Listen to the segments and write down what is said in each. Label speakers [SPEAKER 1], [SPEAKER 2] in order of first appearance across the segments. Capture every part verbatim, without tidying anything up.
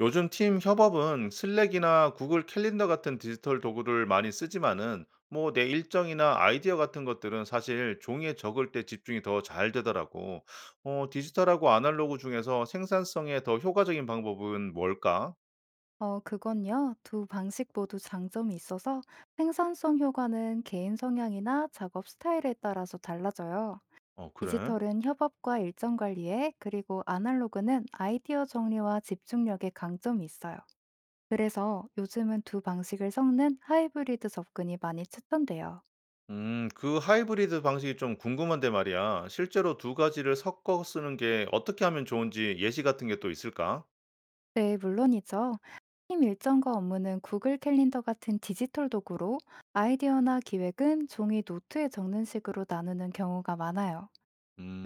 [SPEAKER 1] 요즘 팀 협업은 슬랙이나 구글 캘린더 같은 디지털 도구를 많이 쓰지만은 뭐 내 일정이나 아이디어 같은 것들은 사실 종이에 적을 때 집중이 더 잘 되더라고. 어, 디지털하고 아날로그 중에서 생산성에 더 효과적인 방법은 뭘까?
[SPEAKER 2] 어, 그건요. 두 방식 모두 장점이 있어서 생산성 효과는 개인 성향이나 작업 스타일에 따라서 달라져요.
[SPEAKER 1] 어, 그래?
[SPEAKER 2] 디지털은 협업과 일정 관리에, 그리고 아날로그는 아이디어 정리와 집중력에 강점이 있어요. 그래서 요즘은 두 방식을 섞는 하이브리드 접근이 많이 추천돼요.
[SPEAKER 1] 음, 그 하이브리드 방식이 좀 궁금한데 말이야. 실제로 두 가지를 섞어 쓰는 게 어떻게 하면 좋은지 예시 같은 게 또 있을까?
[SPEAKER 2] 네, 물론이죠. 팀 일정과 업무는 구글 캘린더 같은 디지털 도구로 아이디어나 기획은 종이 노트에 적는 식으로 나누는 경우가 많아요.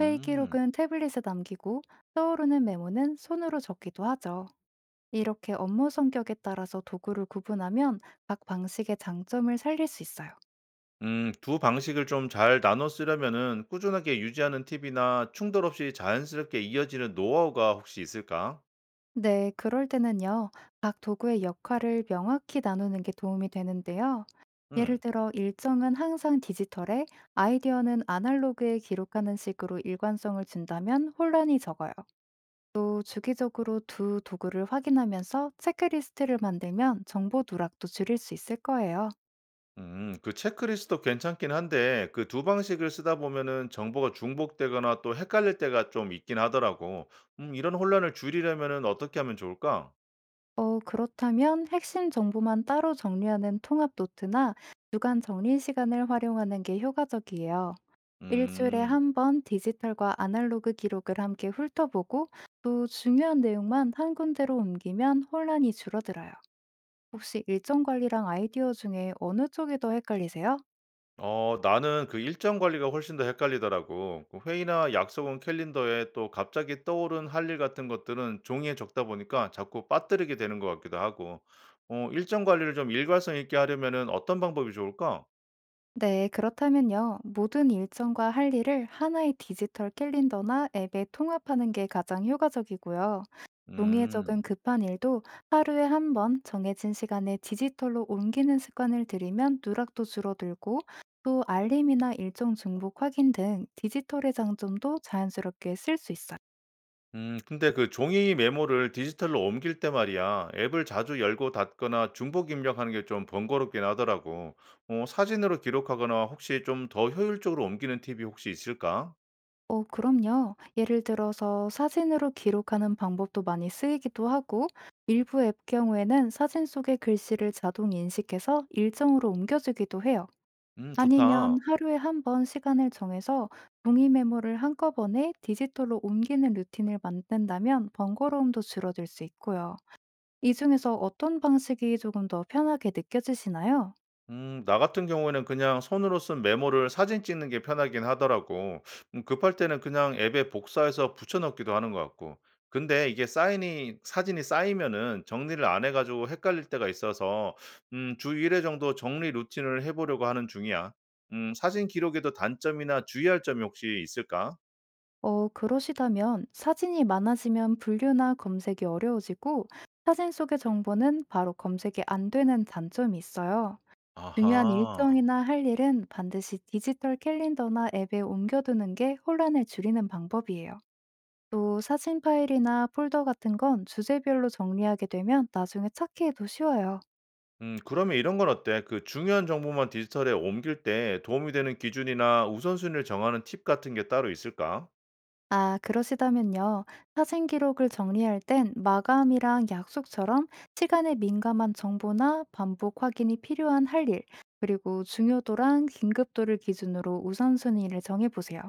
[SPEAKER 2] 회의 기록은 태블릿에 남기고 떠오르는 메모는 손으로 적기도 하죠. 이렇게 업무 성격에 따라서 도구를 구분하면 각 방식의 장점을 살릴 수 있어요.
[SPEAKER 1] 음, 두 방식을 좀 잘 나눠 쓰려면은 꾸준하게 유지하는 팁이나 충돌 없이 자연스럽게 이어지는 노하우가 혹시 있을까?
[SPEAKER 2] 네, 그럴 때는요, 각 도구의 역할을 명확히 나누는 게 도움이 되는데요. 예를
[SPEAKER 1] 음,
[SPEAKER 2] 들어, 일정은 항상 디지털에, 아이디어는 아날로그에 기록하는 식으로 일관성을 준다면 혼란이 적어요. 또 주기적으로 두 도구를 확인하면서 체크리스트를 만들면 정보 누락도 줄일 수 있을 거예요.
[SPEAKER 1] 음, 그 체크리스트도 괜찮긴 한데 그 두 방식을 쓰다 보면은 정보가 중복되거나 또 헷갈릴 때가 좀 있긴 하더라고. 음, 이런 혼란을 줄이려면은 어떻게 하면 좋을까?
[SPEAKER 2] 어, 그렇다면 핵심 정보만 따로 정리하는 통합 노트나 주간 정리 시간을 활용하는 게 효과적이에요. 일주일에
[SPEAKER 1] 음.
[SPEAKER 2] 한 번 디지털과 아날로그 기록을 함께 훑어보고 또 중요한 내용만 한 군데로 옮기면 혼란이 줄어들어요. 혹시 일정 관리랑 아이디어 중에 어느 쪽이 더 헷갈리세요?
[SPEAKER 1] 어, 나는 그 일정 관리가 훨씬 더 헷갈리더라고. 그 회의나 약속은 캘린더에 또 갑자기 떠오른 할 일 같은 것들은 종이에 적다 보니까 자꾸 빠뜨리게 되는 것 같기도 하고. 어, 일정 관리를 좀 일관성 있게 하려면은 어떤 방법이 좋을까?
[SPEAKER 2] 네, 그렇다면요. 모든 일정과 할 일을 하나의 디지털 캘린더나 앱에 통합하는 게 가장 효과적이고요. 동의적은
[SPEAKER 1] 음.
[SPEAKER 2] 급한 일도 하루에 한 번 정해진 시간에 디지털로 옮기는 습관을 들이면 누락도 줄어들고 또 알림이나 일정 중복 확인 등 디지털의 장점도 자연스럽게 쓸 수 있어요.
[SPEAKER 1] 음 근데 그 종이 메모를 디지털로 옮길 때 말이야. 앱을 자주 열고 닫거나 중복 입력하는 게 좀 번거롭긴 하더라고. 어, 사진으로 기록하거나 혹시 좀 더 효율적으로 옮기는 팁이 혹시 있을까?
[SPEAKER 2] 어, 그럼요. 예를 들어서 사진으로 기록하는 방법도 많이 쓰이기도 하고 일부 앱 경우에는 사진 속의 글씨를 자동 인식해서 일정으로 옮겨주기도 해요.
[SPEAKER 1] 음, 좋다.
[SPEAKER 2] 아니면 하루에 한 번 시간을 정해서 종이 메모를 한꺼번에 디지털로 옮기는 루틴을 만든다면 번거로움도 줄어들 수 있고요. 이 중에서 어떤 방식이 조금 더 편하게 느껴지시나요?
[SPEAKER 1] 음, 나 같은 경우에는 그냥 손으로 쓴 메모를 사진 찍는 게 편하긴 하더라고. 음, 급할 때는 그냥 앱에 복사해서 붙여넣기도 하는 것 같고. 근데 이게 사인이, 사진이 쌓이면은 정리를 안 해가지고 헷갈릴 때가 있어서, 음, 주 일 회 정도 정리 루틴을 해보려고 하는 중이야. 음, 사진 기록에도 단점이나 주의할 점이 혹시 있을까?
[SPEAKER 2] 어 그러시다면 사진이 많아지면 분류나 검색이 어려워지고 사진 속의 정보는 바로 검색이 안 되는 단점이 있어요. 중요한
[SPEAKER 1] 아하.
[SPEAKER 2] 일정이나 할 일은 반드시 디지털 캘린더나 앱에 옮겨두는 게 혼란을 줄이는 방법이에요. 또 사진 파일이나 폴더 같은 건 주제별로 정리하게 되면 나중에 찾기에도 쉬워요.
[SPEAKER 1] 음, 그러면 이런 건 어때? 그 중요한 정보만 디지털에 옮길 때 도움이 되는 기준이나 우선순위를 정하는 팁 같은 게 따로 있을까?
[SPEAKER 2] 아, 그러시다면요. 사진 기록을 정리할 땐 마감이랑 약속처럼 시간에 민감한 정보나 반복 확인이 필요한 할 일, 그리고 중요도랑 긴급도를 기준으로 우선순위를 정해보세요.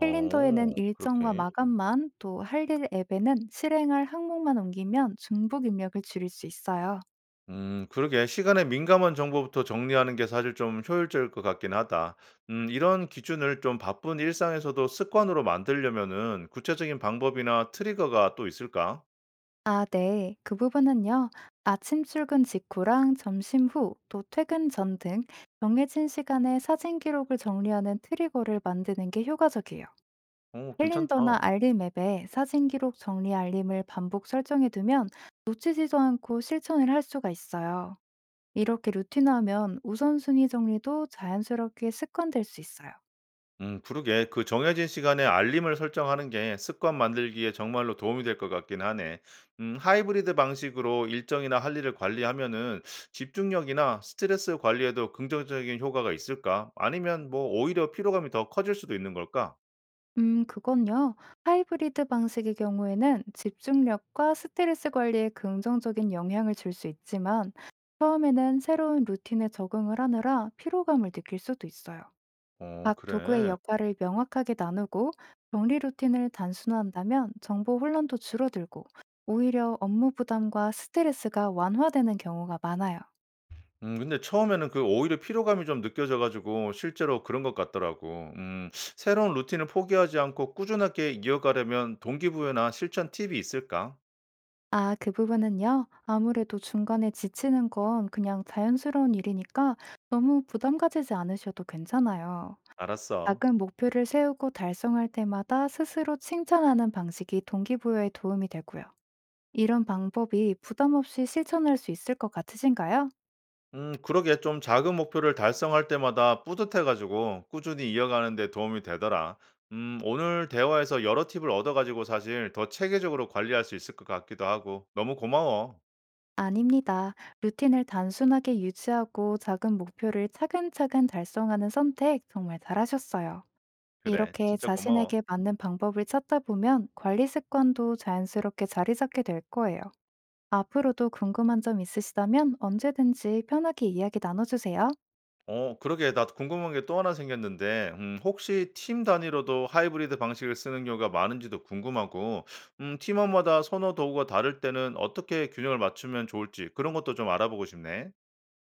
[SPEAKER 2] 캘린더에는 일정과
[SPEAKER 1] 그렇게.
[SPEAKER 2] 마감만, 또 할 일 앱에는 실행할 항목만 옮기면 중복 입력을 줄일 수 있어요.
[SPEAKER 1] 음 그러게 시간에 민감한 정보부터 정리하는 게 사실 좀 효율적일 것 같긴 하다. 음 이런 기준을 좀 바쁜 일상에서도 습관으로 만들려면은 구체적인 방법이나 트리거가 또 있을까?
[SPEAKER 2] 아, 네. 그 부분은요. 아침 출근 직후랑 점심 후, 또 퇴근 전 등 정해진 시간에 사진 기록을 정리하는 트리거를 만드는 게 효과적이에요.
[SPEAKER 1] 어,
[SPEAKER 2] 캘린더나
[SPEAKER 1] 괜찮다.
[SPEAKER 2] 알림 앱에 사진 기록 정리 알림을 반복 설정해 두면 놓치지도 않고 실천을 할 수가 있어요. 이렇게 루틴화하면 우선순위 정리도 자연스럽게 습관될 수 있어요.
[SPEAKER 1] 음, 그러게. 그 정해진 시간에 알림을 설정하는 게 습관 만들기에 정말로 도움이 될 것 같긴 하네. 음 하이브리드 방식으로 일정이나 할 일을 관리하면은 집중력이나 스트레스 관리에도 긍정적인 효과가 있을까? 아니면 뭐 오히려 피로감이 더 커질 수도 있는 걸까?
[SPEAKER 2] 음, 그건요. 하이브리드 방식의 경우에는 집중력과 스트레스 관리에 긍정적인 영향을 줄 수 있지만, 처음에는 새로운 루틴에 적응을 하느라 피로감을 느낄 수도 있어요.
[SPEAKER 1] 어,
[SPEAKER 2] 각 도구의
[SPEAKER 1] 그래.
[SPEAKER 2] 역할을 명확하게 나누고, 정리 루틴을 단순화한다면 정보 혼란도 줄어들고, 오히려 업무 부담과 스트레스가 완화되는 경우가 많아요.
[SPEAKER 1] 음 근데 처음에는 그 오히려 피로감이 좀 느껴져 가지고 실제로 그런 것 같더라고. 음 새로운 루틴을 포기하지 않고 꾸준하게 이어가려면 동기부여나 실천 팁이 있을까?
[SPEAKER 2] 아, 그 부분은요. 아무래도 중간에 지치는 건 그냥 자연스러운 일이니까 너무 부담 가지지 않으셔도 괜찮아요.
[SPEAKER 1] 알았어.
[SPEAKER 2] 작은 목표를 세우고 달성할 때마다 스스로 칭찬하는 방식이 동기부여에 도움이 되고요. 이런 방법이 부담 없이 실천할 수 있을 것 같으신가요?
[SPEAKER 1] 음, 그러게 좀 작은 목표를 달성할 때마다 뿌듯해가지고 꾸준히 이어가는 데 도움이 되더라. 음, 오늘 대화에서 여러 팁을 얻어가지고 사실 더 체계적으로 관리할 수 있을 것 같기도 하고 너무 고마워.
[SPEAKER 2] 아닙니다. 루틴을 단순하게 유지하고 작은 목표를 차근차근 달성하는 선택 정말 잘하셨어요.
[SPEAKER 1] 그래,
[SPEAKER 2] 이렇게
[SPEAKER 1] 진짜 고마워.
[SPEAKER 2] 자신에게 맞는 방법을 찾다 보면 관리 습관도 자연스럽게 자리 잡게 될 거예요. 앞으로도 궁금한 점 있으시다면 언제든지 편하게 이야기 나눠주세요.
[SPEAKER 1] 어, 그러게 나 궁금한 게 또 하나 생겼는데 음, 혹시 팀 단위로도 하이브리드 방식을 쓰는 경우가 많은지도 궁금하고 음, 팀원마다 선호 도구가 다를 때는 어떻게 균형을 맞추면 좋을지 그런 것도 좀 알아보고 싶네.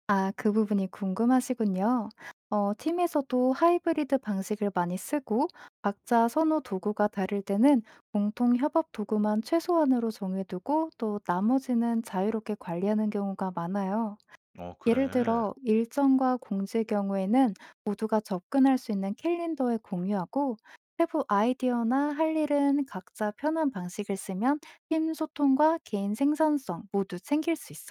[SPEAKER 2] 아, 그 부분이 궁금하시군요. 어, 팀에서도 하이브리드 방식을 많이 쓰고 각자 선호 도구가 다를 때는 공통 협업 도구만 최소한으로 정해두고 또 나머지는 자유롭게 관리하는 경우가 많아요.
[SPEAKER 1] 어,
[SPEAKER 2] 예를
[SPEAKER 1] 그래.
[SPEAKER 2] 들어 일정과 공지의 경우에는 모두가 접근할 수 있는 캘린더에 공유하고 세부 아이디어나 할 일은 각자 편한 방식을 쓰면 팀 소통과 개인 생산성 모두 챙길 수 있어.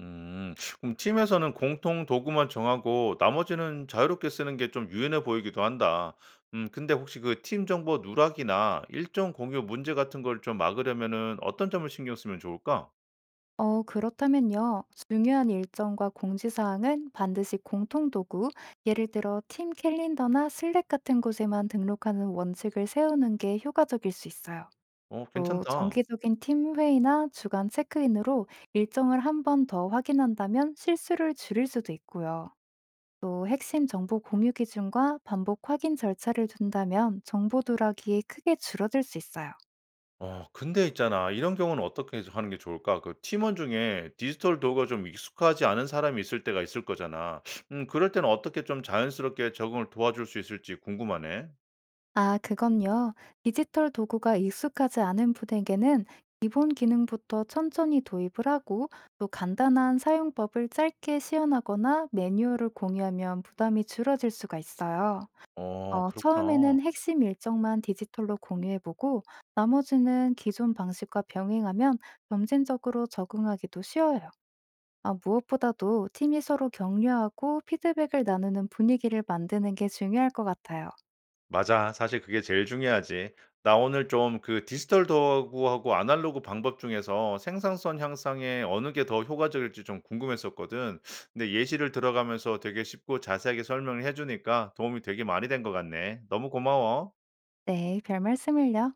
[SPEAKER 1] 음. 그럼 팀에서는 공통 도구만 정하고 나머지는 자유롭게 쓰는 게 좀 유연해 보이기도 한다. 음, 근데 혹시 그 팀 정보 누락이나 일정 공유 문제 같은 걸 좀 막으려면은 어떤 점을 신경 쓰면 좋을까?
[SPEAKER 2] 어, 그렇다면요. 중요한 일정과 공지사항은 반드시 공통도구, 예를 들어 팀 캘린더나 슬랙 같은 곳에만 등록하는 원칙을 세우는 게 효과적일 수 있어요.
[SPEAKER 1] 어,
[SPEAKER 2] 또
[SPEAKER 1] 괜찮다.
[SPEAKER 2] 정기적인 팀 회의나 주간 체크인으로 일정을 한 번 더 확인한다면 실수를 줄일 수도 있고요. 또 핵심 정보 공유 기준과 반복 확인 절차를 둔다면 정보 누락이 크게 줄어들 수 있어요.
[SPEAKER 1] 어, 근데 있잖아. 이런 경우는 어떻게 해서 하는 게 좋을까? 그 팀원 중에 디지털 도구가 좀 익숙하지 않은 사람이 있을 때가 있을 거잖아. 음, 그럴 때는 어떻게 좀 자연스럽게 적응을 도와줄 수 있을지 궁금하네.
[SPEAKER 2] 아, 그건요. 디지털 도구가 익숙하지 않은 분에게는 기본 기능부터 천천히 도입을 하고 또 간단한 사용법을 짧게 시연하거나 매뉴얼을 공유하면 부담이 줄어들 수가 있어요.
[SPEAKER 1] 어,
[SPEAKER 2] 어
[SPEAKER 1] 그렇구나.
[SPEAKER 2] 처음에는 핵심 일정만 디지털로 공유해 보고 나머지는 기존 방식과 병행하면 점진적으로 적응하기도 쉬워요. 아, 무엇보다도 팀이 서로 격려하고 피드백을 나누는 분위기를 만드는 게 중요할 것 같아요.
[SPEAKER 1] 맞아. 사실 그게 제일 중요하지. 나 오늘 좀 그 디지털 도구하고 아날로그 방법 중에서 생산성 향상에 어느 게 더 효과적일지 좀 궁금했었거든. 근데 예시를 들어가면서 되게 쉽고 자세하게 설명을 해주니까 도움이 되게 많이 된 것 같네. 너무 고마워.
[SPEAKER 2] 네, 별 말씀을요.